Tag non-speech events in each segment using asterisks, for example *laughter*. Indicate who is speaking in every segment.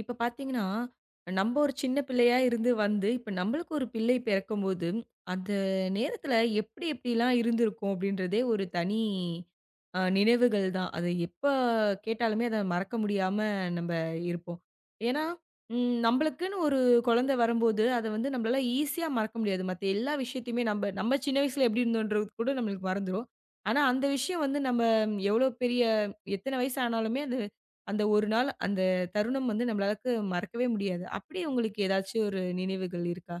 Speaker 1: இப்ப பார்த்தீங்கன்னா, நம்ப ஒரு சின்ன பிள்ளையா இருந்து வந்து, இப்ப நம்பளுக்கு ஒரு பிள்ளை பிறக்கும்போது, அந்த நேரத்துல எப்படி எப்படிலாம் இருந்திருக்கும் அப்படின்றதே ஒரு தனி நினைவுகள் தான். அது எப்ப கேட்டாலுமே அத மறக்க முடியாம நம்ப இருப்போம். ஏன்னா, நம்பளுக்குன்னு ஒரு குழந்தை வரும்போது, அத வந்து நம்பளால ஈஸியா மறக்க முடியாது. மத்த எல்லா விஷயத்தையுமே நம்ப நம்ம சின்ன வயசுல எப்படி இருந்தோன்றது கூட நம்மளுக்கு மறந்துரும். ஆனா, அந்த விஷயம் வந்து நம்ம எவ்வளோ பெரிய எத்தன வயசு ஆனாலுமே, அது அந்த ஒரு நாள் அந்த தருணம் வந்து நம்மளுக்கு மறக்கவே முடியாது. அப்படி உங்களுக்கு ஏதாச்சும் ஒரு நினைவுகள் இருக்கா?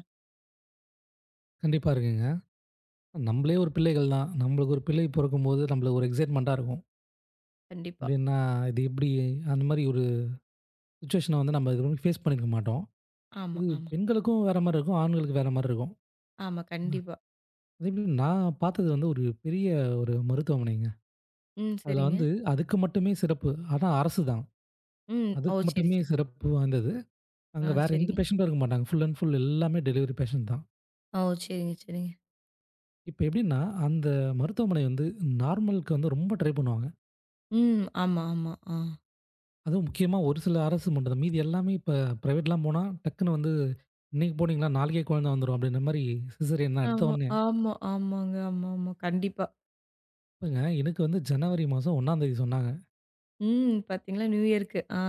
Speaker 2: கண்டிப்பா இருக்குங்க. நம்மளே ஒரு பிள்ளைகள் தான். நம்மளுக்கு ஒரு பிள்ளை பொறக்கும்போது நம்மளுக்கு ஒரு எக்ஸைட்மென்ட்டா இருக்கும்.
Speaker 1: கண்டிப்பா.
Speaker 2: எப்படின்னா, இது எப்படி அந்த மாரி ஒரு சிச்சுவேஷன வந்து நம்ம இதுவரைக்கும் ஃபேஸ் பண்ணியிருக்க மாட்டோம்.
Speaker 1: ஆமா,
Speaker 2: இது
Speaker 1: ஆமா.
Speaker 2: பெண்களுக்கும் வேற மாரி இருக்கும். ஆண்களுக்கு வேற மாரி இருக்கும்.
Speaker 1: ஆமா, கண்டிப்பா.
Speaker 2: அதே மாரி நான் பார்த்தது வந்து ஒரு பெரிய ஒரு மருத்துவமனைங்க.
Speaker 1: ம்.
Speaker 2: அதுல
Speaker 1: சரிங்க.
Speaker 2: வந்து அதுக்கு மட்டுமே சிறப்பு. ஆனா அரசு தான்.
Speaker 1: ம். ஓ!
Speaker 2: அதுக்கு
Speaker 1: சரி,
Speaker 2: மட்டுமே
Speaker 1: சரி.
Speaker 2: சிறப்பு வாய்ந்தது.
Speaker 1: ஆ
Speaker 2: அங்க வேற எந்த
Speaker 1: சரிங்க.
Speaker 2: பேஷண்ட்டும் இருக்க மாட்டாங்க. ஃபுல் அண்ட் ஃபுல் எல்லாமே டெலிவரி பேஷண்ட் தான்.
Speaker 1: ஓ! சரிங்க, சரிங்க.
Speaker 2: இப்ப எப்படின்னா, அந்த மருத்துவமனை வந்து நார்மலுக்கு வந்து ரொம்ப ட்ரை பண்ணுவாங்க.
Speaker 1: ம். ஆமா, ஆமா. ஆ.
Speaker 2: அதுவும் முக்கியமா ஒரு சில அரசு மட்டும் தான். மீதி எல்லாமே இப்ப பிரைவேட்லாம் போனா, டக்குன்னு வந்து இன்னைக்கு போனீங்கன்னா, நாளைக்கே குழந்தை வந்துரும் அப்படின்ற மாரி சிசேரியன் தான்.
Speaker 1: ஆமா,
Speaker 2: எடுத்தோனே
Speaker 1: ஆமா, ஆமாங்க. ஆமா, ஆமா. கண்டிப்பா.
Speaker 2: இப்பங்க எனக்கு வந்து ஜனவரி மாசம் 1 சொன்னாங்க.
Speaker 1: ம். பாத்தீங்களா நியூ இயர்க்கு. ஆ.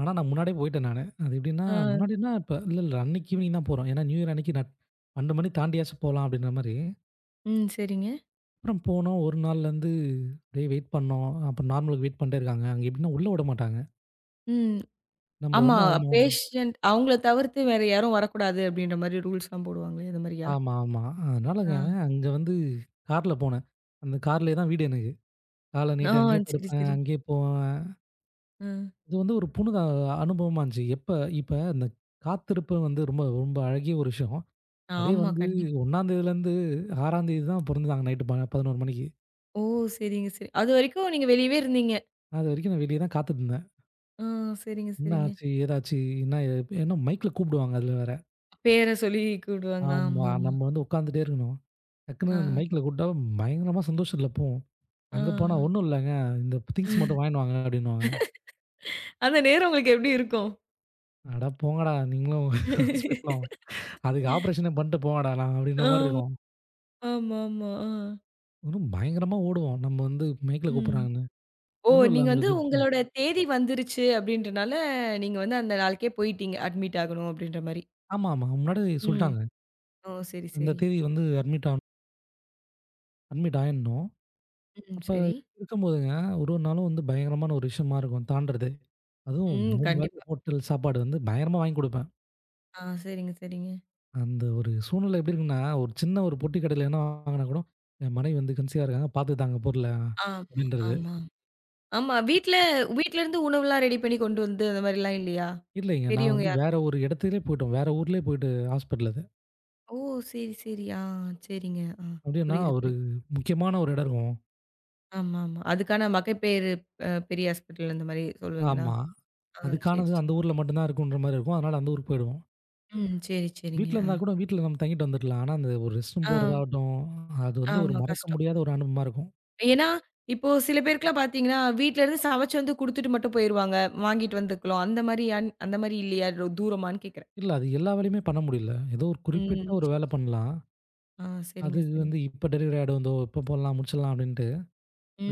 Speaker 2: ஆனா நான் முன்னாடியே போயிட்டேன் நானு. அது எப்படின்னா,
Speaker 1: ஆ.
Speaker 2: முன்னாடின்னா இப்ப இல்ல, அன்னைக்கு ஈவினிங் தான் போறோம். ஏன்னா, நியூ இயர் அன்னைக்கு நான் 12 மணி தாண்டியாச்சும் போலாம் அப்படின்ற மாரி.
Speaker 1: ம். சரிங்க.
Speaker 2: அப்புறம் போனோம். ஒரு நாள்லேருந்து அப்படியே வெயிட் பண்ணோம். அப்புறம் நார்மலுக்கு வெயிட் பண்ணிட்டே இருக்காங்க. அங்க எப்படின்னா உள்ள விட மாட்டாங்க.
Speaker 1: ம்.
Speaker 2: நம்ம
Speaker 1: ஆமா.
Speaker 2: வந்து அவங்க
Speaker 1: பேஷண்ட் அவங்கள தவிர்த்து வேற யாரும் வரக்கூடாது அப்படின்ற மாரி ரூல்ஸ்லாம் போடுவாங்களே, அது மாரியா?
Speaker 2: ஆமா, ஆமா. அதனாலங்க
Speaker 1: ஆ.
Speaker 2: அங்க வந்து கார்ல போனேன். அந்த கார்லயே தான் வீடு எனக்கு. காலை
Speaker 1: ஆ.
Speaker 2: நீட்டி அங்கேயே
Speaker 1: சரி,
Speaker 2: படுப்பேன்,
Speaker 1: சரி.
Speaker 2: அங்கேயே போவேன்.
Speaker 1: ஆ.
Speaker 2: இது வந்து ஒரு புனித அனுபவமா இருந்துச்சு. எப்ப இப்ப இந்த காத்திருப்பு வந்து ரொம்ப ரொம்ப அழகிய ஒரு விஷயம். அதே
Speaker 1: ஆமா.
Speaker 2: வந்து
Speaker 1: கண்டிப்பா.
Speaker 2: 1 தேதியிலேருந்து 6 தேதி தான் பொறந்தாங்க நைட்டு ப 11 மணிக்கு.
Speaker 1: ஓ! சரிங்க, சரி. அதுவரைக்கும் நீங்க வெளியவே இருந்தீங்க.
Speaker 2: நான் அது வரைக்கும் நான் வெளிய தான் காத்துட்டுருந்தேன்.
Speaker 1: ஆ சரிங்க,
Speaker 2: என்ன
Speaker 1: சரிங்க.
Speaker 2: ஆச்சு? ஏதாச்சு? என்ன ஏன்னா மைக்ல கூப்பிடுவாங்க அதில வேற.
Speaker 1: பேர சொல்லி கூப்பிடுவாங்க.
Speaker 2: ஆமா.
Speaker 1: ஆமாமா.
Speaker 2: நம்ம வந்து உட்காந்துட்டே இருக்கணும்.
Speaker 1: ஆ,
Speaker 2: டக்குன்னு அந்த மைக்ல கூப்பிட்டா பயங்கரமா சந்தோஷத்தில போவோம்.
Speaker 1: ஆ.
Speaker 2: அங்க போனா ஒண்ணும் இல்லங்க. இந்த திங்ஸ் மட்டும் வாங்கின்னு வாங்க அப்படின்னுவாங்க.
Speaker 1: அந்த நேரம் உங்களுக்கு எப்படி இருக்கும்?
Speaker 2: அட போங்கடா நீங்களும் ஹாஸ்பிட்டலும். *laughs* அதுக்கு ஆப்ரேஷனே பண்ணிட்டு போவாடா நான் அப்படின்ற மாரி
Speaker 1: ஆமா,
Speaker 2: இருக்கும்.
Speaker 1: ஆமாமா. ஆ.
Speaker 2: இன்னும் பயங்கரமா ஓடுவோம். நம்ம வந்து மைக்ல
Speaker 1: ம்.
Speaker 2: கூப்பிடுறாங்கன்னு.
Speaker 1: ஓ!
Speaker 2: ஒண்ணும் இல்ல
Speaker 1: நீங்க வந்து
Speaker 2: அவங்களுக்கு
Speaker 1: உங்களோட தேதி வந்துருச்சு அப்படின்றனால, நீங்க வந்து அந்த நாளுக்கே போயிட்டீங்க. அட்மிட் ஆகணும் அப்படின்ற மாரி.
Speaker 2: ஆமா, ஆமா. முன்னாடி
Speaker 1: ம்.
Speaker 2: சொல்ட்டாங்க.
Speaker 1: ஓ! சரி,
Speaker 2: இந்த
Speaker 1: சரி.
Speaker 2: தேதி வந்து அட்மிட் ஆகணும். அட்மிட் ஆயிடணும்.
Speaker 1: ம்.
Speaker 2: அப்ப
Speaker 1: சரி.
Speaker 2: இருக்கும்போதுங்க ஒரு ஒரு நாளும் வந்து பயங்கரமான ஒரு விஷயமா இருக்கும் தாண்டுறது. அதுவும்
Speaker 1: ம்.
Speaker 2: 3 வேளை
Speaker 1: கண்டிப்பா.
Speaker 2: ஹோட்டல் சாப்பாடு வந்து பயங்கரமா வாங்கி குடுப்பேன்.
Speaker 1: ஆ சரிங்க, சரிங்க.
Speaker 2: அந்த ஒரு சூழ்நிலை எப்படி இருக்குன்னா, ஒரு சின்ன ஒரு பொட்டி கடையில என்ன வாங்குனா கூட, என் மனைவி வந்து கன்சீவா இருக்காங்க பார்த்துக்கதாங்க பொருள
Speaker 1: ஆமா,
Speaker 2: அப்படின்றது.
Speaker 1: ஆமா. ஆமா. வீட்ல வீட்ல இருந்து உணவுலாம் ரெடி பண்ணி கொண்டு வந்து அந்த மாரிலாம் இல்லையா?
Speaker 2: இல்லைங்க நான்
Speaker 1: பெரியவங்க
Speaker 2: வந்து வேற
Speaker 1: யாரும்.
Speaker 2: ஒரு இடத்துலயே போய்ட்டோம். வேற ஊர்லயே போயிட்டு ஹாஸ்பிட்டல்
Speaker 1: ஓ! சரி, சரி. ஆ சரிங்க. ஆ
Speaker 2: அப்டின்னா,
Speaker 1: புரியுது,
Speaker 2: ஒரு
Speaker 1: புரியுது.
Speaker 2: முக்கியமான ஒரு இடம் இருக்கும்.
Speaker 1: ஆமா, ஆமா. அதுக்கான மகப்பேறு பெரிய ஹாஸ்பிட்டல் அந்த மாரி சொல்லுவீங்களா?
Speaker 2: ஆமா.
Speaker 1: ஆ சரி,
Speaker 2: அதுக்கானது
Speaker 1: சரி.
Speaker 2: அந்த ஊர்ல மட்டும் தான் இருக்குன்ற மாரி இருக்கும். அதனால அந்த ஊருக்கு போயிடுவோம்.
Speaker 1: ம். சரி, சரிங்க.
Speaker 2: வீட்ல
Speaker 1: ஆ.
Speaker 2: இருந்தா கூட வீட்ல நம்ம தங்கிட்டு வந்துடலாம். ஆனா, அந்த ஒரு ரெஸ்ட் ரூம்
Speaker 1: ஆ
Speaker 2: போறதாகட்டும், அது வந்து ஒரு
Speaker 1: ஆமா
Speaker 2: மறக்க
Speaker 1: கஷ்டம்.
Speaker 2: முடியாத ஒரு அனுபவமா இருக்கும்.
Speaker 1: ஏன்னா, இப்போ சில பேருக்குலாம் பார்த்தீங்கன்னா, வீட்ல இருந்து சமைச்சு வந்து குடுத்துட்டு மட்டும் போயிருவாங்க. வாங்கிட்டு வந்துக்கலாம். அந்த மாரி அந்த மாரி இல்லையா? தூரமான்னு கேட்கிறேன்.
Speaker 2: இல்ல அது எல்லா வேலையுமே பண்ண முடியல. ஏதோ ஒரு குறிப்பிட்ட
Speaker 1: ம்.
Speaker 2: ஒரு
Speaker 1: சரி.
Speaker 2: வேல பண்ணலாம்.
Speaker 1: ஆ சரிங்க,
Speaker 2: அது
Speaker 1: சரிங்க.
Speaker 2: வந்து இப்ப டெலிவரி ஆயிடும் இதோ இப்ப போடலாம், முடிச்சிடலாம் அப்டின்ட்டு.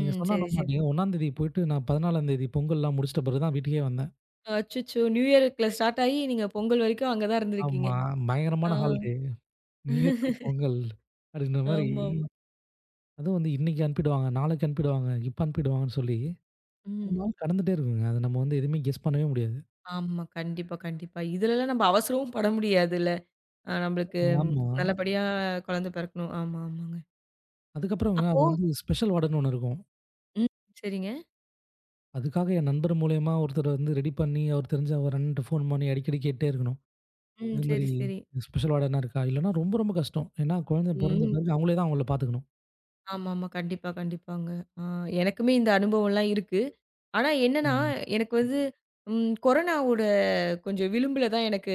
Speaker 2: நீங்க சொன்னா
Speaker 1: சரி,
Speaker 2: நம்ப
Speaker 1: சரி.
Speaker 2: மாட்டீங்க. 1ஆம் தேதி போயிட்டு நான் 14ஆம் தேதி பொங்கல்லாம் முடிச்சிட்ட பிறகு தான் வீட்டுக்கே வந்தேன்.
Speaker 1: அச்சச்சோ! நியூ இயர்க்குள்ள ஸ்டார்ட் ஆயி நீங்க பொங்கல் வரைக்கும் அங்க தான் இருந்திருக்கீங்க.
Speaker 2: ஆமா.
Speaker 1: ஆ.
Speaker 2: பயங்கரமான ஹாலிடே. நியூ இயர்க்கு பொங்கல் அப்டின்ற மாரி
Speaker 1: ஆமாமா.
Speaker 2: அதுவும் வந்து இன்னைக்கு அனுப்பிடுவாங்க, நாளைக்கு அனுப்பிடுவாங்க, இப்ப அனுப்பிடுவாங்கன்னு சொல்லி, அது
Speaker 1: ம்.
Speaker 2: நாள் கடந்துட்டே இருக்குங்க. அது நம்ம வந்து எதுவுமே கெஸ் பண்ணவே முடியாது.
Speaker 1: ஆமா. கண்டிப்பா, கண்டிப்பா. இதுலலாம் நம்ம அவசரமும் பட முடியாதுல்ல. நம்மளுக்கு
Speaker 2: ஆமா.
Speaker 1: நல்லபடியா குழந்தை பிறக்கணும். ஆமா, ஆமாங்க.
Speaker 2: அதுக்கப்புறங்க
Speaker 1: அப்போ
Speaker 2: அது வந்து ஸ்பெஷல் வார்டன் ஒண்ணு இருக்கும்.
Speaker 1: ம். சரிங்க.
Speaker 2: அதுக்காக என் நண்பர் மூலியமா ஒருத்தர் வந்து ரெடி பண்ணி, அவர் தெரிஞ்ச ஒரு அண்ணன்ட்ட ஃபோன் பண்ணி அடிக்கடி கேட்டுட்டே இருக்கணும்.
Speaker 1: ம்.
Speaker 2: இது மாரி
Speaker 1: சரி, சரி.
Speaker 2: ஸ்பெஷல் வார்டனா இருக்கா? இல்லன்னா ரொம்ப ரொம்ப கஷ்டம். ஏன்னா குழந்தை பொறந்த
Speaker 1: ம்.
Speaker 2: பிறகு அவங்களே தான் அவங்கள பார்த்துக்கணும்.
Speaker 1: ஆமாமா. கண்டிப்பா, கண்டிப்பாங்க. ஆ எனக்குமே இந்த அனுபவம்லாம் இருக்கு. ஆனா என்னன்னா,
Speaker 2: ம்.
Speaker 1: எனக்கு வந்து கொரோனாவோட கொஞ்சம் விளிம்பில தான் எனக்கு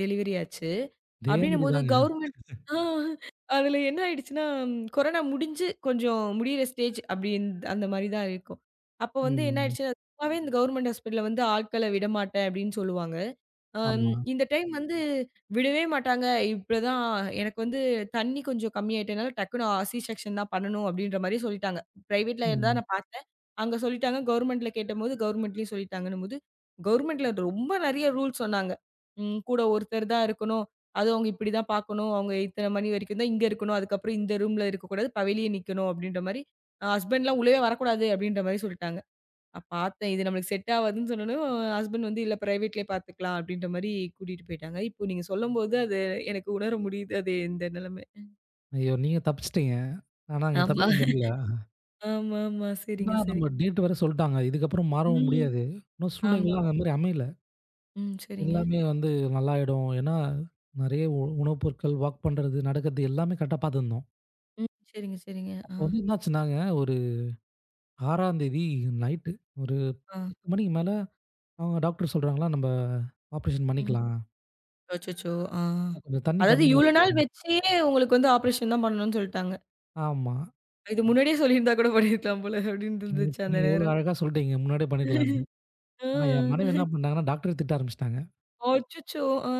Speaker 1: டெலிவரி ஆச்சு.
Speaker 2: இதே மாரி
Speaker 1: அப்டின்னும்போது
Speaker 2: தாங்க.
Speaker 1: கவர்மெண்ட். ஆ அதில என்ன ஆயிடுச்சுன்னா, கொரோனா முடிஞ்சு கொஞ்சம் முடியிற ஸ்டேஜ் அப்டின் அந்த மாரி தான் இருக்கும். அப்போ வந்து என்ன
Speaker 2: ம்.
Speaker 1: ஆயிடுச்சு, சும்மாவே இந்த கவர்மெண்ட் ஹாஸ்பிட்டல்ல வந்து ஆட்கள விடமாட்டேன் அப்டின்னு சொல்லுவாங்க. அம்
Speaker 2: ஆமா.
Speaker 1: இந்த டைம் வந்து விடவே மாட்டாங்க. இப்படிதான் எனக்கு வந்து தண்ணி கொஞ்சம் கம்மியாயிட்டனால டக்குனு சி செக்ஷன் தான் பண்ணணும் அப்படின்ற மாரி சொல்லிட்டாங்க. பிரைவேட்ல இருந்தா
Speaker 2: ம்.
Speaker 1: நான் பார்த்தேன். அங்க சொல்லிட்டாங்க. கவர்மெண்ட்ல கேட்டபோது கவர்மெண்ட்லயும் சொல்லிட்டாங்கன்னும்போது, கவர்மெண்ட்ல ரொம்ப நிறைய ரூல்ஸ் சொன்னாங்க. கூட ஒருத்தர் தான் இருக்கணும். அதுவும் அவங்க இப்படிதான் பார்க்கணும். அவங்க இத்தனை மணி வரைக்கும் தான் இங்க இருக்கணும். அதுக்கப்புறம் இந்த ரூம்ல இருக்கக்கூடாது. வெளிய நிக்கணும் அப்படின்ற மாரி. ஹஸ்பண்ட்லாம் உள்ளவே வரக்கூடாது அப்படின்ற மாரி சொல்லிட்டாங்க. பார்த்தேன். இது நம்மளுக்கு செட் ஆவாதுன்னு சொன்னோனே, ஹஸ்பண்ட் வந்து இல்ல பிரைவேட்லயே பார்த்துக்கலாம் அப்படின்ற மாரி கூட்டிட்டு போயிட்டாங்க. இப்போ நீங்க சொல்லும்போது அது எனக்கு உணர முடியுது. அது இந்த நிலைமை.
Speaker 2: ஐயோ! நீங்க தப்பிச்சிட்டீங்க. ஆனா அங்க
Speaker 1: ஆமா.
Speaker 2: தப்பிக்க முடியல.
Speaker 1: ஆமாமா.
Speaker 2: ஏன்னா
Speaker 1: சரிங்க, சரிங்க.
Speaker 2: நம்ம டேட் வேற சொல்ட்டாங்க. இதுக்கப்புறம் மாறவும்
Speaker 1: ம்.
Speaker 2: முடியாது. இன்னும்
Speaker 1: ஆமா.
Speaker 2: சூழ்நிலைகள்லாம் அந்த மாரி அமையல.
Speaker 1: ம். சரிங்க.
Speaker 2: எல்லாமே வந்து நல்லாயிடும். ஏன்னா நெறைய உணவுப் பொருட்கள், வாக் பண்றது, நடக்கிறது எல்லாமே கரெக்ட்டா பார்த்துருந்தோம்.
Speaker 1: ம். சரிங்க, சரிங்க. ஆ.
Speaker 2: அப்போ வந்து என்னாச்சுன்னாங்க, ஒரு 6ஆந்தேதி நைட்டு ஒரு
Speaker 1: ஆ.
Speaker 2: 10 மணிக்கு மேல அவங்க டாக்டர் சொல்றாங்களா, "நம்ப ஆப்ரேஷன்
Speaker 1: ம்.
Speaker 2: பண்ணிக்கலாம்.
Speaker 1: அச்சச்சோ! ஆ.
Speaker 2: கொஞ்சம் தண்ணி
Speaker 1: அதாவது
Speaker 2: கம்மியா
Speaker 1: இவ்ளோ
Speaker 2: இருக்கு."
Speaker 1: நாள் வச்சே உங்களுக்கு வந்து ஆப்ரேஷன் தான் பண்ணணும்னு சொல்ட்டாங்க.
Speaker 2: ஆமா.
Speaker 1: இது முன்னாடியே சொல்லியிருந்தா கூட பண்ணியிருக்கலாம் போல அப்படின்னு இருந்துச்சு
Speaker 2: இப்ப
Speaker 1: அந்த
Speaker 2: நீங்க எவ்ளோ
Speaker 1: நேரம்.
Speaker 2: அழகா சொல்ட்டீங்க. முன்னாடியே பண்ணிக்கலாம்ன்னு.
Speaker 1: *laughs*
Speaker 2: ஆனா என் மனைவி
Speaker 1: ஆ.
Speaker 2: என்ன பண்ணிட்டாங்கன்னா, டாக்டர திட்ட ஆரம்பிச்சுட்டாங்க.
Speaker 1: அச்சச்சோ! ஆ.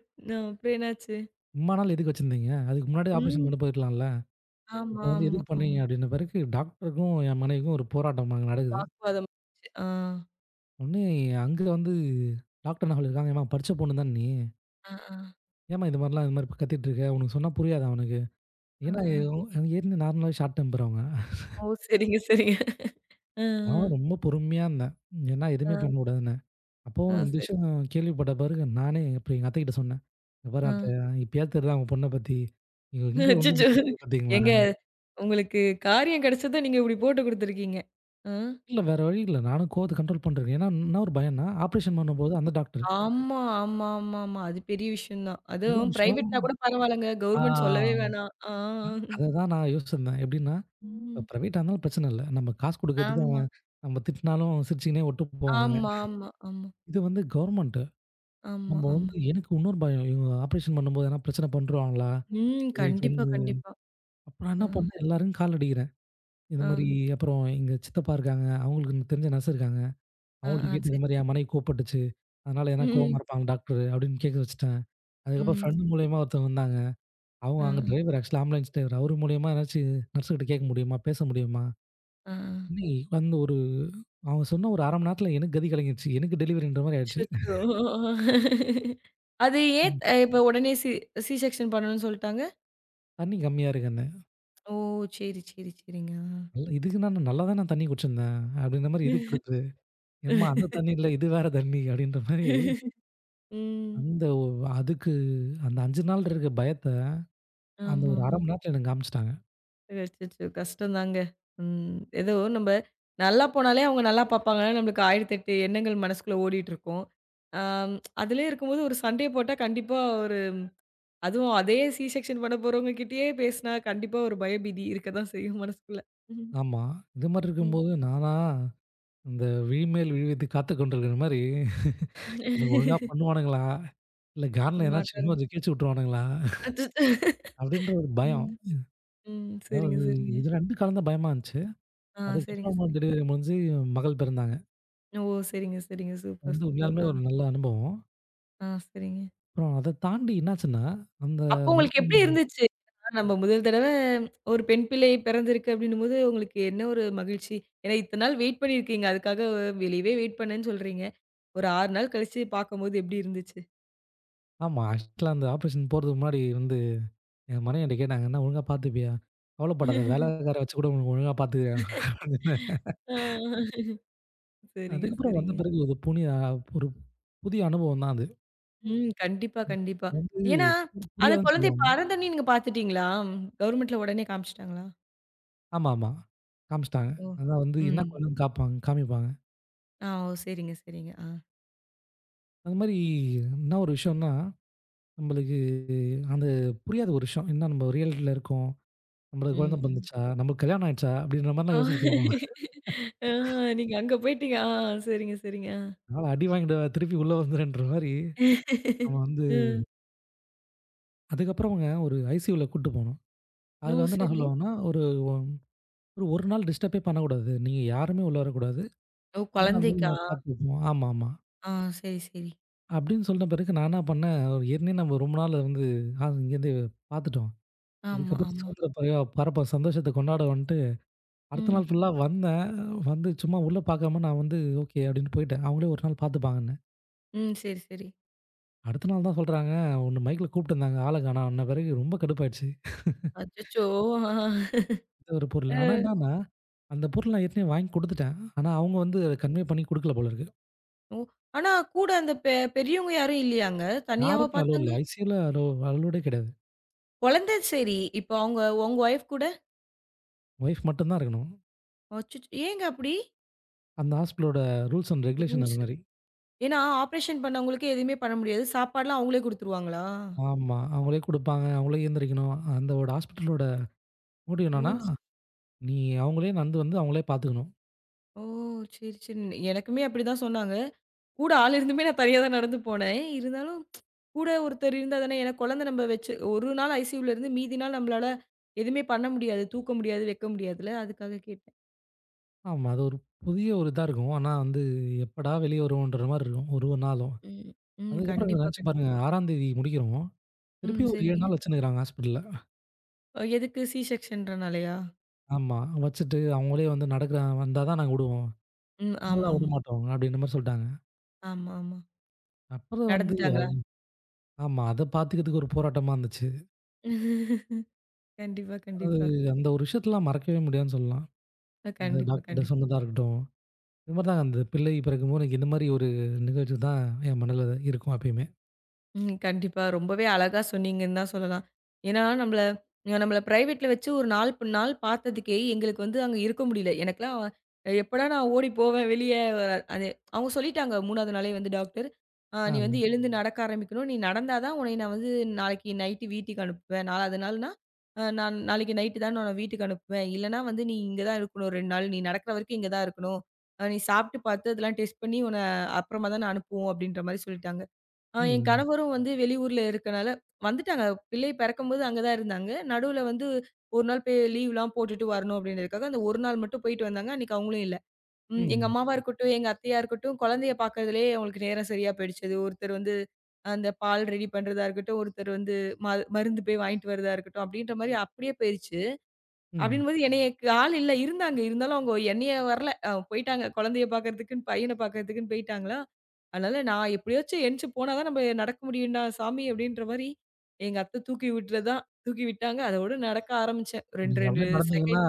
Speaker 1: அப்புறம் என்னாச்சு?
Speaker 2: "இம்மா நாள் எதுக்கு வச்சிருந்தீங்க? அதுக்கு முன்னாடியே ஆப்ரேஷன்
Speaker 1: ம்.
Speaker 2: பண்ண போயிருக்கலாம்ல." இப்ப
Speaker 1: ஆமா,
Speaker 2: வந்து
Speaker 1: ஆமா,
Speaker 2: எதுக்கு
Speaker 1: ஆமா.
Speaker 2: பண்ணீங்க? அப்படின்ன பிறகு டாக்டருக்கும் என் மனைவிக்கும் ஒரு போராட்டம் அங்க நடக்குது.
Speaker 1: வாக்குவாதம் ஆச்சு. ஆ.
Speaker 2: ஒண்ணு அங்க வந்து டாக்டர் என்ன சொல்லியிருக்காங்க, "ஏம்மா படிச்ச பொண்ணு தான நீ?
Speaker 1: ஆ, ஆ,
Speaker 2: ஏம்மா இது மாரிலாம் இது மாரி கத்திட்டு இருக்க? உனக்கு சொன்னா புரியாதா அவனுக்கு?"
Speaker 1: ஆ,
Speaker 2: ஏன்னா
Speaker 1: ஆ.
Speaker 2: இவன் ஏற்கனவே நார்மலாவே ஷார்ட் டெம்பர் அவங்க.
Speaker 1: ஓ! சரிங்க, சரிங்க. ஆ,
Speaker 2: நான் ரொம்ப பொறுமையா இருந்தேன். ஏன்னா
Speaker 1: ஆ,
Speaker 2: எதுவுமே
Speaker 1: ஆ.
Speaker 2: பண்ணக்கூடாதுன்னு. அப்போ
Speaker 1: ஆ,
Speaker 2: இந்த
Speaker 1: சரி.
Speaker 2: விஷயம் கேள்விப்பட்ட பிறகு நானே அப்புறம் எங்க அத்தைகிட்ட சொன்னேன். "இங்க பாரு
Speaker 1: ஆ.
Speaker 2: அத்தை, இப்பயாவது தெரியுதா உங்க பொண்ண பத்தி? இவ எங்க வந்து
Speaker 1: அச்சச்சோ!
Speaker 2: கூட்டிருக்கு பார்த்தீங்களா?"
Speaker 1: ஏங்க உங்களுக்கு காரியம் கிடைச்சத நீங்க இப்படி போட்டு குடுத்துருக்கீங்க. ஆ.
Speaker 2: இல்ல வேற வழி இல்ல. நானும் கோவத்த கண்ட்ரோல் பண்றேன். ஏன்னா என்ன ஒரு பயம்ன்னா, ஆப்ரேஷன் பண்ணும்போது அந்த டாக்டர்.
Speaker 1: ஆமா. அது பெரிய விஷயம் தான்.
Speaker 2: இன்னொரு
Speaker 1: அதுவும்
Speaker 2: விஷயம்
Speaker 1: பிரைவேட்னா கூட பரவாயில்லங்க.
Speaker 2: ஆ.
Speaker 1: கவர்மெண்ட் சொல்லவே வேணாம். ஆ.
Speaker 2: அததான் நான் யோசிச்சிருந்தேன். எப்படின்னா, இப்ப
Speaker 1: ம்.
Speaker 2: பிரைவேட்டா இருந்தாலும் பிரச்சனை இல்ல. நம்ம காசு குடுக்கிறதுக்கு
Speaker 1: ஆமா,
Speaker 2: அவன் நம்ம திட்டினாலும் சிரிச்சுக்கினே விட்டு போவாங்க.
Speaker 1: ஆமா, ஆமா, ஆமா,
Speaker 2: இது வந்து கவர்மெண்ட்.
Speaker 1: ஆமா,
Speaker 2: நம்ம
Speaker 1: ஆமா.
Speaker 2: வந்து எனக்கு இன்னொரு பயம். இவங்க ஆப்ரேஷன் பண்ணும்போது எதனா பிரச்சனை பண்ணிருவாங்களா?
Speaker 1: ம்.
Speaker 2: இல்ல இது
Speaker 1: கண்டிப்பா,
Speaker 2: வந்து
Speaker 1: கண்டிப்பா.
Speaker 2: அப்ப நான்
Speaker 1: ஆ,
Speaker 2: என்ன பண்ணேன், எல்லாரும் கால் அடிக்கிறேன். இந்த
Speaker 1: ஆ,
Speaker 2: மாரி அப்புறம் எங்க சித்தப்பா இருக்காங்க. அவங்களுக்கு எனக்கு தெரிஞ்ச நர்ஸ் இருக்காங்க.
Speaker 1: ஆ.
Speaker 2: அவங்கள்ட்ட கேட்டு இந்த
Speaker 1: சரிங்க.
Speaker 2: மாரி என் மனைவி கோவப்பட்டுச்சு. அதனால எதனா
Speaker 1: ம்,
Speaker 2: கோவமா
Speaker 1: ம்.
Speaker 2: இருப்பாங்க டாக்டர் அப்படின்னு கேட்க வச்சுட்டேன். அதுக்கப்புறம்
Speaker 1: ம்.
Speaker 2: ஃப்ரெண்ட்
Speaker 1: சரி.
Speaker 2: மூலியமா ஒருத்தவங்க வந்தாங்க.
Speaker 1: ஆ,
Speaker 2: அவங்க அங்க டிரைவர் ஆக்சுவலா ஆம்புலன்ஸ் டிரைவர். அவர் மூலியமா ஏதாச்சும் நர்ஸ் கிட்ட கேட்க முடியுமா? பேச முடியுமா?
Speaker 1: ஆ.
Speaker 2: இன்னைக்கு வந்து ஒரு அவங்க சொன்ன ஒரு 1/2 மணி நேரத்தில எனக்கு கதி கலங்கிருச்சு. எனக்கு டெலிவரின்ற மாரி ஆயிடுச்சு.
Speaker 1: அச்சச்சோ! அது ஏன்
Speaker 2: ம்.
Speaker 1: இப்ப உடனே சி சி செக்ஷன் பண்ணணும்னு சொல்ட்டாங்க?
Speaker 2: தண்ணி கம்மியா இருக்குன்னே.
Speaker 1: ஓ! சரி, சரி, சரிங்க.
Speaker 2: "நல்லா இதுக்கு நான் நல்லா தான் நான் தண்ணி குடிச்சிருந்தேன்." அப்படின்ற மாரி இதுக்கு
Speaker 1: ஆ.
Speaker 2: அடுத்து, "எம்மா அந்த தண்ணி இல்ல, இது வேற தண்ணி." அப்படின்ற மாரி
Speaker 1: ம்.
Speaker 2: அந்த ஒ அதுக்கு அந்த 5 நாள் இருக்க பயத்த அந்த ஒரு 1/2
Speaker 1: ஆமாமா.
Speaker 2: மணி நேரத்தில எனக்கு காமிச்சுட்டாங்க.
Speaker 1: அச்சச்சோ! கஷ்டம்தாங்க. ம். ஏதோ நம்ப நல்லா போனாலே அவங்க நல்லா பார்ப்பாங்க. நம்மளுக்கு 1008 எண்ணங்கள் மனசுக்குள்ள ஓடிட்டுருக்கும். ஆம் அதிலயே இருக்கும்போது ஒரு சண்டை போட்டா கண்டிப்பா ஒரு அதுவும் அதே சி செக்ஷன் பண்ண போறவங்க கிட்டயே பேசினா கண்டிப்பா ஒரு பயபீதி இருக்கத்தான் செய்யும் மனசுக்குள்ள. ம்.
Speaker 2: ஆமா. இது மாரி இருக்கும்போது நானா இந்த விழிமேல் விழுவதை காத்துக் கொண்டிருக்கிற மாரி இவனுங்க ஒழுங்கா
Speaker 1: ம்.
Speaker 2: பண்ணுவானுங்களா? இல்ல கான்ல ஏதாச்சும் இன்னும்
Speaker 1: மாட்டாருங்க.
Speaker 2: கொஞ்சம் கிழிச்சு விட்டுருவானுங்களா?
Speaker 1: அச்சச்சோ!
Speaker 2: அப்படின்ற ஒரு பயம்.
Speaker 1: ம். ம். சரிங்க,
Speaker 2: அதாவது
Speaker 1: சரிங்க.
Speaker 2: இது 2 கலந்த பயமா இருந்துச்சு.
Speaker 1: ஆ சரிங்க,
Speaker 2: அதுக்கப்புறம்
Speaker 1: சரிங்க.
Speaker 2: டெலிவரி முடிஞ்சு மகள் பிறந்தாங்க.
Speaker 1: ஓ! சரிங்க, சரிங்க. சூப்பர்,
Speaker 2: வந்து
Speaker 1: சூப்பர்.
Speaker 2: உண்மையாலுமே
Speaker 1: ஆ,
Speaker 2: ஒரு நல்ல அனுபவம்.
Speaker 1: ஆ சரிங்க.
Speaker 2: அப்புறம் அத தாண்டி என்னாச்சுன்னா, அந்த
Speaker 1: அப்போ உங்களுக்கு எப்படி
Speaker 2: மருத்துவமனை
Speaker 1: இருந்துச்சு? ஆ நம்ம முதல் தடவ ஒரு பெண் பிள்ளை பிறந்திருக்கு அப்படின்னும்போது உங்களுக்கு என்ன ஒரு மகிழ்ச்சி? ஏன்னா இத்தன நாள் வெயிட் பண்ணியிருக்கீங்க. அதுக்காக வெளியவே வெயிட் பண்ணேன்னு சொல்றீங்க. ஒரு 6 நாள் கழிச்சு பார்க்கும்போது எப்படி இருந்துச்சு?
Speaker 2: ஆமா. ஆக்சுவலா அந்த ஆப்ரேஷன் போறதுக்கு முன்னாடி வந்து என் மனைவி என்ட்ட கேட்டாங்க, "என்ன ஒழுங்கா பார்த்துப்பியா? கவலைப்படாத.
Speaker 1: *laughs*
Speaker 2: வேலைக்கார வச்சு கூட உனக்கு ஒழுங்கா பார்த்துக்கிறேன்" அப்படின்னு.
Speaker 1: ஆ. சரிங்க,
Speaker 2: அதுக்கப்புறம் வந்த
Speaker 1: சரிங்க.
Speaker 2: பிறகு ஒரு புனிய ஒரு புதிய அனுபவம் தான் அது.
Speaker 1: ம். கண்டிப்பா, கண்டிப்பா.
Speaker 2: அது வந்து
Speaker 1: ஏன்னா, அந்த
Speaker 2: புரியாதுன்னு
Speaker 1: குழந்தை
Speaker 2: சொல்லுவாங்க.
Speaker 1: பறந்தோனே நீங்க பார்த்துட்டீங்களா? கவர்மெண்ட்ல உடனே காமிச்சுட்டாங்களா?
Speaker 2: ஆமாமா. காமிச்சுட்டாங்க.
Speaker 1: ஓ!
Speaker 2: அதான் வந்து என்ன
Speaker 1: ம்.
Speaker 2: கொறைன்னு காப்பாங்க காமிப்பாங்க.
Speaker 1: ஆ ஓ! சரிங்க, சரிங்க. ஆ.
Speaker 2: அது மாரி என்ன ஒரு விஷயம்னா, நம்மளுக்கு அந்த புரியாத ஒரு விஷயம். என்ன நம்ம ரியாலிட்டில இருக்கோம். நம்மளுக்கு குழந்தை
Speaker 1: ம்.
Speaker 2: பொறந்துச்சா? நம்மளுக்கு கல்யாணம் ஆயிடுச்சா? அப்படின்ற
Speaker 1: ஓ!
Speaker 2: மாரிலாம் யோசிக்க தோணும்.
Speaker 1: ஆ நீங்க அங்க போயிட்டீங்க. ஆ சரிங்க, சரிங்க. ஆ.
Speaker 2: அதனால அடி வாங்கிடுவ திருப்பி உள்ள வந்துருன்ற மாரி, நம்ம வந்து
Speaker 1: ம்.
Speaker 2: அதுக்கப்புறம்ங்க ஒரு ஐசியூல கூட்டு போனோம்.
Speaker 1: ஓ!
Speaker 2: அதுல வந்து என்ன
Speaker 1: சரி.
Speaker 2: சொல்லுவாங்கன்னா, ஒரு ஒரு 1 நாள் டிஸ்டர்பே பண்ணக்கூடாது. நீங்க யாருமே உள்ள வரக்கூடாது.
Speaker 1: ஓ!
Speaker 2: என்னா இருந்தாலும்
Speaker 1: குழந்தைக்கா?
Speaker 2: நாங்க பார்த்துப்போம். ஆமாமா.
Speaker 1: ஆ சரி, சரி.
Speaker 2: அப்படின்னு சொன்ன பிறகு நான் என்ன பண்ணேன், ஒரு ஏற்கனவே நம்ம ரொம்ப நாள் வந்து இங்கேருந்து பார்த்துட்டோம்.
Speaker 1: ஆமா,
Speaker 2: இதுக்கப்புறம்
Speaker 1: ஆமா.
Speaker 2: சுதந்திர பறவை பரப்ப சந்தோஷத்த கொண்டாடுவோன்ட்டு, அடுத்த
Speaker 1: ம்.
Speaker 2: நாள் ஃபுல்லா வந்தேன். வந்து சும்மா உள்ள பார்க்காம நான் வந்து ஓகே அப்படின்னு போயிட்டேன். அவங்களே ஒரு நாள் பார்த்துப்பாங்கன்னு.
Speaker 1: ம். சரி, சரி.
Speaker 2: அடுத்த நாள் தான் சொல்றாங்க, உன்ன மைக்ல கூப்ட்டுருந்தாங்க. ஆள காணோம். அன்ன பிறகு ரொம்ப கடுப்பாயிடுச்சு.
Speaker 1: அச்சச்சோ!
Speaker 2: ஏதோ ஒரு பொருள்.
Speaker 1: ஆ.
Speaker 2: ஆனா என்னன்னா, அந்த பொருள் நான் ஏற்கனவே வாங்கி குடுத்துட்டேன். ஆனா அவங்க வந்து அத கன்வே பண்ணி குடுக்கல போல இருக்கு.
Speaker 1: ஓ! ஆனா கூட அந்த பெரியவங்க யாரும் இல்லையாங்க? தனியாவா
Speaker 2: யாருமே அலோ
Speaker 1: பார்த்தாங்க?
Speaker 2: இல்ல. ஐசியூல அலோ அலோடே கிடையாது.
Speaker 1: குழந்தை சரி. இப்போ அவங்க உங்க ஒய்ஃப் கூட
Speaker 2: ஒய்ஃப் மட்டும் தான் இருக்கணும்.
Speaker 1: அச்சச்சோ! ஏங்க அப்படி?
Speaker 2: அந்த ஹாஸ்பிட்டலோட ரூல்ஸ் அண்ட் ரெகுலேஷன்
Speaker 1: ரூல்ஸ்.
Speaker 2: அது மாரி.
Speaker 1: ஏன்னா ஆப்ரேஷன் பண்ணவங்களுக்கு எதுவுமே பண்ண முடியாது. சாப்பாடுலாம் அவங்களே குடுத்துருவாங்களா?
Speaker 2: ஆமா. அவங்களே குடுப்பாங்க. அவங்களே எழுந்திரிக்கணும். அந்த ஒரு ஹாஸ்பிட்டலோட முடிவு என்னன்னா,
Speaker 1: ரூல்ஸ்.
Speaker 2: நீ அவங்களே நடந்து வந்து அவங்களே பார்த்துக்கணும்.
Speaker 1: ஓ! சரி, சரி. எனக்குமே அப்படிதான் சொன்னாங்க. கூட ஆள் இருந்துமே நான் தனியா தான் நடந்து போனேன். இருந்தாலும் கூட ஒருத்தர் இருந்தா தானே ஏன்னா குழந்தை நம்ம வச்சு ஒரு நாள் ஐசியூல இருந்து மீதி நாள் நம்மளால எதுவுமே பண்ண முடியாது. தூக்க முடியாது, வைக்க முடியாதுல்ல. அதுக்காக கேட்டேன்.
Speaker 2: ஆமா. அது ஒரு புதிய ஒரு இதா இருக்கும். ஆனா வந்து எப்படா வெளிய வருவோன்ற மாரி இருக்கும். ஒரு ஒரு நாளும்.
Speaker 1: ம், ம்.
Speaker 2: அதுக்கப்புறம்
Speaker 1: கண்டிப்பா,
Speaker 2: என்னாச்சு
Speaker 1: கண்டிப்பா.
Speaker 2: பாருங்க 6ஆம் தேதி முடிக்கிறோம்.
Speaker 1: ம்.
Speaker 2: திருப்பியும் ஒரு 7
Speaker 1: சரிங்க.
Speaker 2: நாள் வச்சுன்னுருக்காங்க ஹாஸ்பிட்டல்ல.
Speaker 1: எதுக்கு சி செக்ஷன்றனாலயா?
Speaker 2: ஆமா. வச்சுட்டு அவங்களே வந்து நடக்க வந்தா தான் நாங்க விடுவோம்.
Speaker 1: ம்.
Speaker 2: இல்லனா
Speaker 1: ஆமாமா.
Speaker 2: விடமாட்டோம் அப்படின்ற மாரி சொல்ட்டாங்க.
Speaker 1: ஆமாமா.
Speaker 2: அப்புறம் வந்து
Speaker 1: நடந்துட்டாங்களா?
Speaker 2: ஆமா. அத பாத்துக்கிறதுக்கு ஒரு போராட்டமா இருந்துச்சு.
Speaker 1: கண்டிப்பா,
Speaker 2: அது
Speaker 1: கண்டிப்பா.
Speaker 2: அந்த ஒரு விஷயத்தலாம் மறக்கவே முடியாதுன்னு சொல்லலாம். அந்த
Speaker 1: கண்டிப்பா, ம்.
Speaker 2: டாக்டர்ட்ட
Speaker 1: கண்டிப்பா.
Speaker 2: சொன்னதா இருக்கட்டும். இது மாரி தான் அந்த பிள்ளை பிறக்கும்போது எனக்கு இந்த மாரி ஒரு நிகழ்ச்சி தான் என் மனதில இருக்கும் எப்பயுமே.
Speaker 1: ம். கண்டிப்பா. ரொம்பவே அழகா சொன்னீங்கன்னு தான் சொல்லலாம். ஏன்னா, நம்மள பிரைவேட்ல வச்சு ஒரு 4 நாள் பார்த்ததுக்கே எங்களுக்கு வந்து அங்க இருக்க முடியல. எனக்கெல்லாம் எப்படா நான் ஓடி போவேன் வெளிய அது அவங்க சொல்லிட்டாங்க 3வது நாளே வந்து டாக்டர்.
Speaker 2: ஆ.
Speaker 1: "நீ வந்து எழுந்து நடக்க ஆரம்பிக்கணும். நீ நடந்தா தான் உன்னைய நான் வந்து நாளைக்கு நைட்டு வீட்டுக்கு அனுப்புவேன். 4வது நாள்னா, நான் நாளைக்கு நைட்டு தான் நான் உன்ன வீட்டுக்கு அனுப்புவேன். இல்லன்னா வந்து நீ இங்க தான் இருக்கணும் 2 நாள். நீ நடக்கிற வரைக்கும் இங்க தான் இருக்கணும். நீ சாப்பிட்டு பார்த்து அதெல்லாம் டெஸ்ட் பண்ணி உன்ன அப்புறமா தான் நான் அனுப்புவோம்." அப்படீன்ற மாரி சொல்லிட்டாங்க. ஆ என்
Speaker 2: ம்.
Speaker 1: கணவரும் வந்து வெளியூர்ல இருக்கனால வந்துட்டாங்க. பிள்ளை பிறக்கும்போது அங்க தான் இருந்தாங்க. நடுவுல வந்து 1 நாள் போய் லீவ்லாம் போட்டுட்டு வரணும் அப்டின்றதுக்காக, அந்த 1 நாள் மட்டும் போயிட்டு வந்தாங்க. அன்னைக்கு அவங்களும் இல்ல. எங்க
Speaker 2: ம்.
Speaker 1: அம்மாவா இருக்கட்டும், எங்க அத்தையா இருக்கட்டும், குழந்தைய பார்க்கறதுலயே அவங்களுக்கு நேரம் சரியா போயிடுச்சது. ஒருத்தர் வந்து அந்த பால் ரெடி பண்றதா இருக்கட்டும், ஒருத்தர் வந்து ம மருந்து போய் வாங்கிட்டு வரதா இருக்கட்டும், அப்டின்ற மாரி அப்டியே போயிருச்சு.
Speaker 2: ம்.
Speaker 1: அப்படின்னும்போது என்னையக்கு ஆள் இல்ல இருந்தாங்க. இருந்தாலும் அவங்க என்னைய வரல. போயிட்டாங்க. குழந்தைய பார்க்கறதுக்குன்னு, பையன பார்க்கறதுக்குன்னு போயிட்டாங்களா, அதனால நான் எப்படியாச்சும் எந்திச்சு போனா தான் நம்ம நடக்க முடியும்டா சாமி அப்படின்ற மாரி, எங்க அத்தை தூக்கி விட்டுறதான் தூக்கி விட்டாங்க. அதோட நடக்க ஆரம்பிச்சேன். 2,
Speaker 2: நீங்க
Speaker 1: 2
Speaker 2: அப்படியே நடந்தீங்கன்னா,
Speaker 1: செகண்ட்.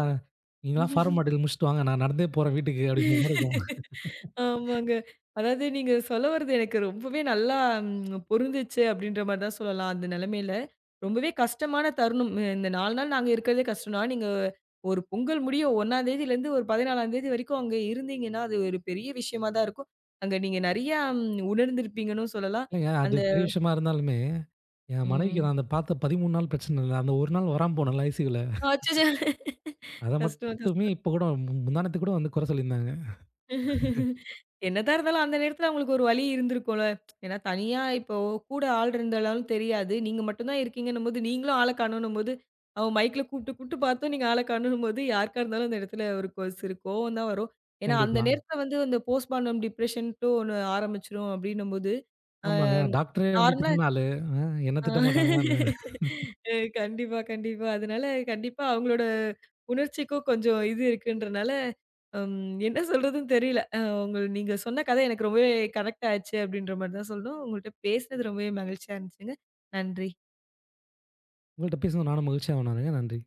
Speaker 2: நீங்கலாம் ஃபார்மாலிட்டி முடிச்சுட்டு வாங்க. நான் நடந்தே போறேன் வீட்டுக்கு அப்படின்ற மாரி இருக்கும்.
Speaker 1: ஆமாங்க. அதாவது நீங்க சொல்ல வர்றது எனக்கு ரொம்பவே நல்லா பொருந்துச்சு அப்படின்ற மாரி தான் சொல்லலாம். அந்த நிலைமையில. ரொம்பவே கஷ்டமான தருணம். இந்த 4 நாள் நாங்க இருக்கிறதே கஷ்டம் தான். நீங்க ஒரு பொங்கல் முடிய 1ஆம் தேதியிலேருந்து ஒரு 14ஆம் தேதி வரைக்கும் அங்க இருந்தீங்கன்னா, அது ஒரு பெரிய விஷயமா தான் இருக்கும். அங்க நீங்க நெறையா உணர்ந்திருப்பீங்கன்னும் சொல்லலாம்.
Speaker 2: இல்லைங்க. அது
Speaker 1: அந்த
Speaker 2: பெரிய விஷயமா இருந்தாலுமே, என் மனைவிக்கு
Speaker 1: ம்.
Speaker 2: நான் அந்த பார்த்த 13 நாள் பிரச்சனை இல்ல. அந்த ஒரு நாள் வராம போனேன்ல ஐசியூல,
Speaker 1: அச்சச்சோ!
Speaker 2: அத
Speaker 1: கஷ்டம்,
Speaker 2: மட்டுமே
Speaker 1: கஷ்டம்.
Speaker 2: இப்ப கூட முந்தாநேத்து கூட வந்து குறை சொல்லியிருந்தாங்க.
Speaker 1: என்னதான் இருந்தாலும் அந்த நேரத்துல அவங்களுக்கு ஒரு வலி இருந்திருக்கும்ல. ஏன்னா தனியா இப்போ கூட ஆள் இருந்தாலும் தெரியாது. நீங்க மட்டும் தான் இருக்கீங்கன்னும்போது, நீங்களும் ஆள காணோன்னும்போது, அவன் மைக்ல கூப்பிட்டு கூப்பிட்டு பார்த்தும் நீங்க ஆள காணோன்னும்போது, யாருக்கா இருந்தாலும் அந்த இடத்துல ஒரு சிறு கோவம் தான் வரும். ஏன்னா அந்த
Speaker 2: கண்டிப்பா.
Speaker 1: நேரத்துல வந்து அந்த போஸ்ட்மார்டம் டிப்ரஷன்ட்டு ஒண்ணு ஆரம்பிச்சுரும் அப்படின்னும்போது, அ
Speaker 2: ஆமாங்க. டாக்டரே வந்து
Speaker 1: நார்மல்
Speaker 2: திட்டுன ஆளு. அ என்ன
Speaker 1: ஆ.
Speaker 2: திட்ட மாட்டாங்களா என்ன?
Speaker 1: அ கண்டிப்பா, கண்டிப்பா. அதனால கண்டிப்பா அவங்களோட உணர்ச்சிக்கும் கொஞ்சம் இது இருக்குன்றனால, என்ன சொல்றதுன்னு தெரியல. அ உங்க நீங்க சொன்ன கதை எனக்கு ரொம்பவே கனெக்ட் ஆச்சு அப்படின்ற மாரி தான் சொல்லணும். உங்கள்ட்ட பேசினது ரொம்பவே மகிழ்ச்சியா இருந்துச்சுங்க. நன்றி.
Speaker 2: உங்கள்ட்ட பேசுனது நானும் மகிழ்ச்சியா உணர்றேங்க. நன்றி.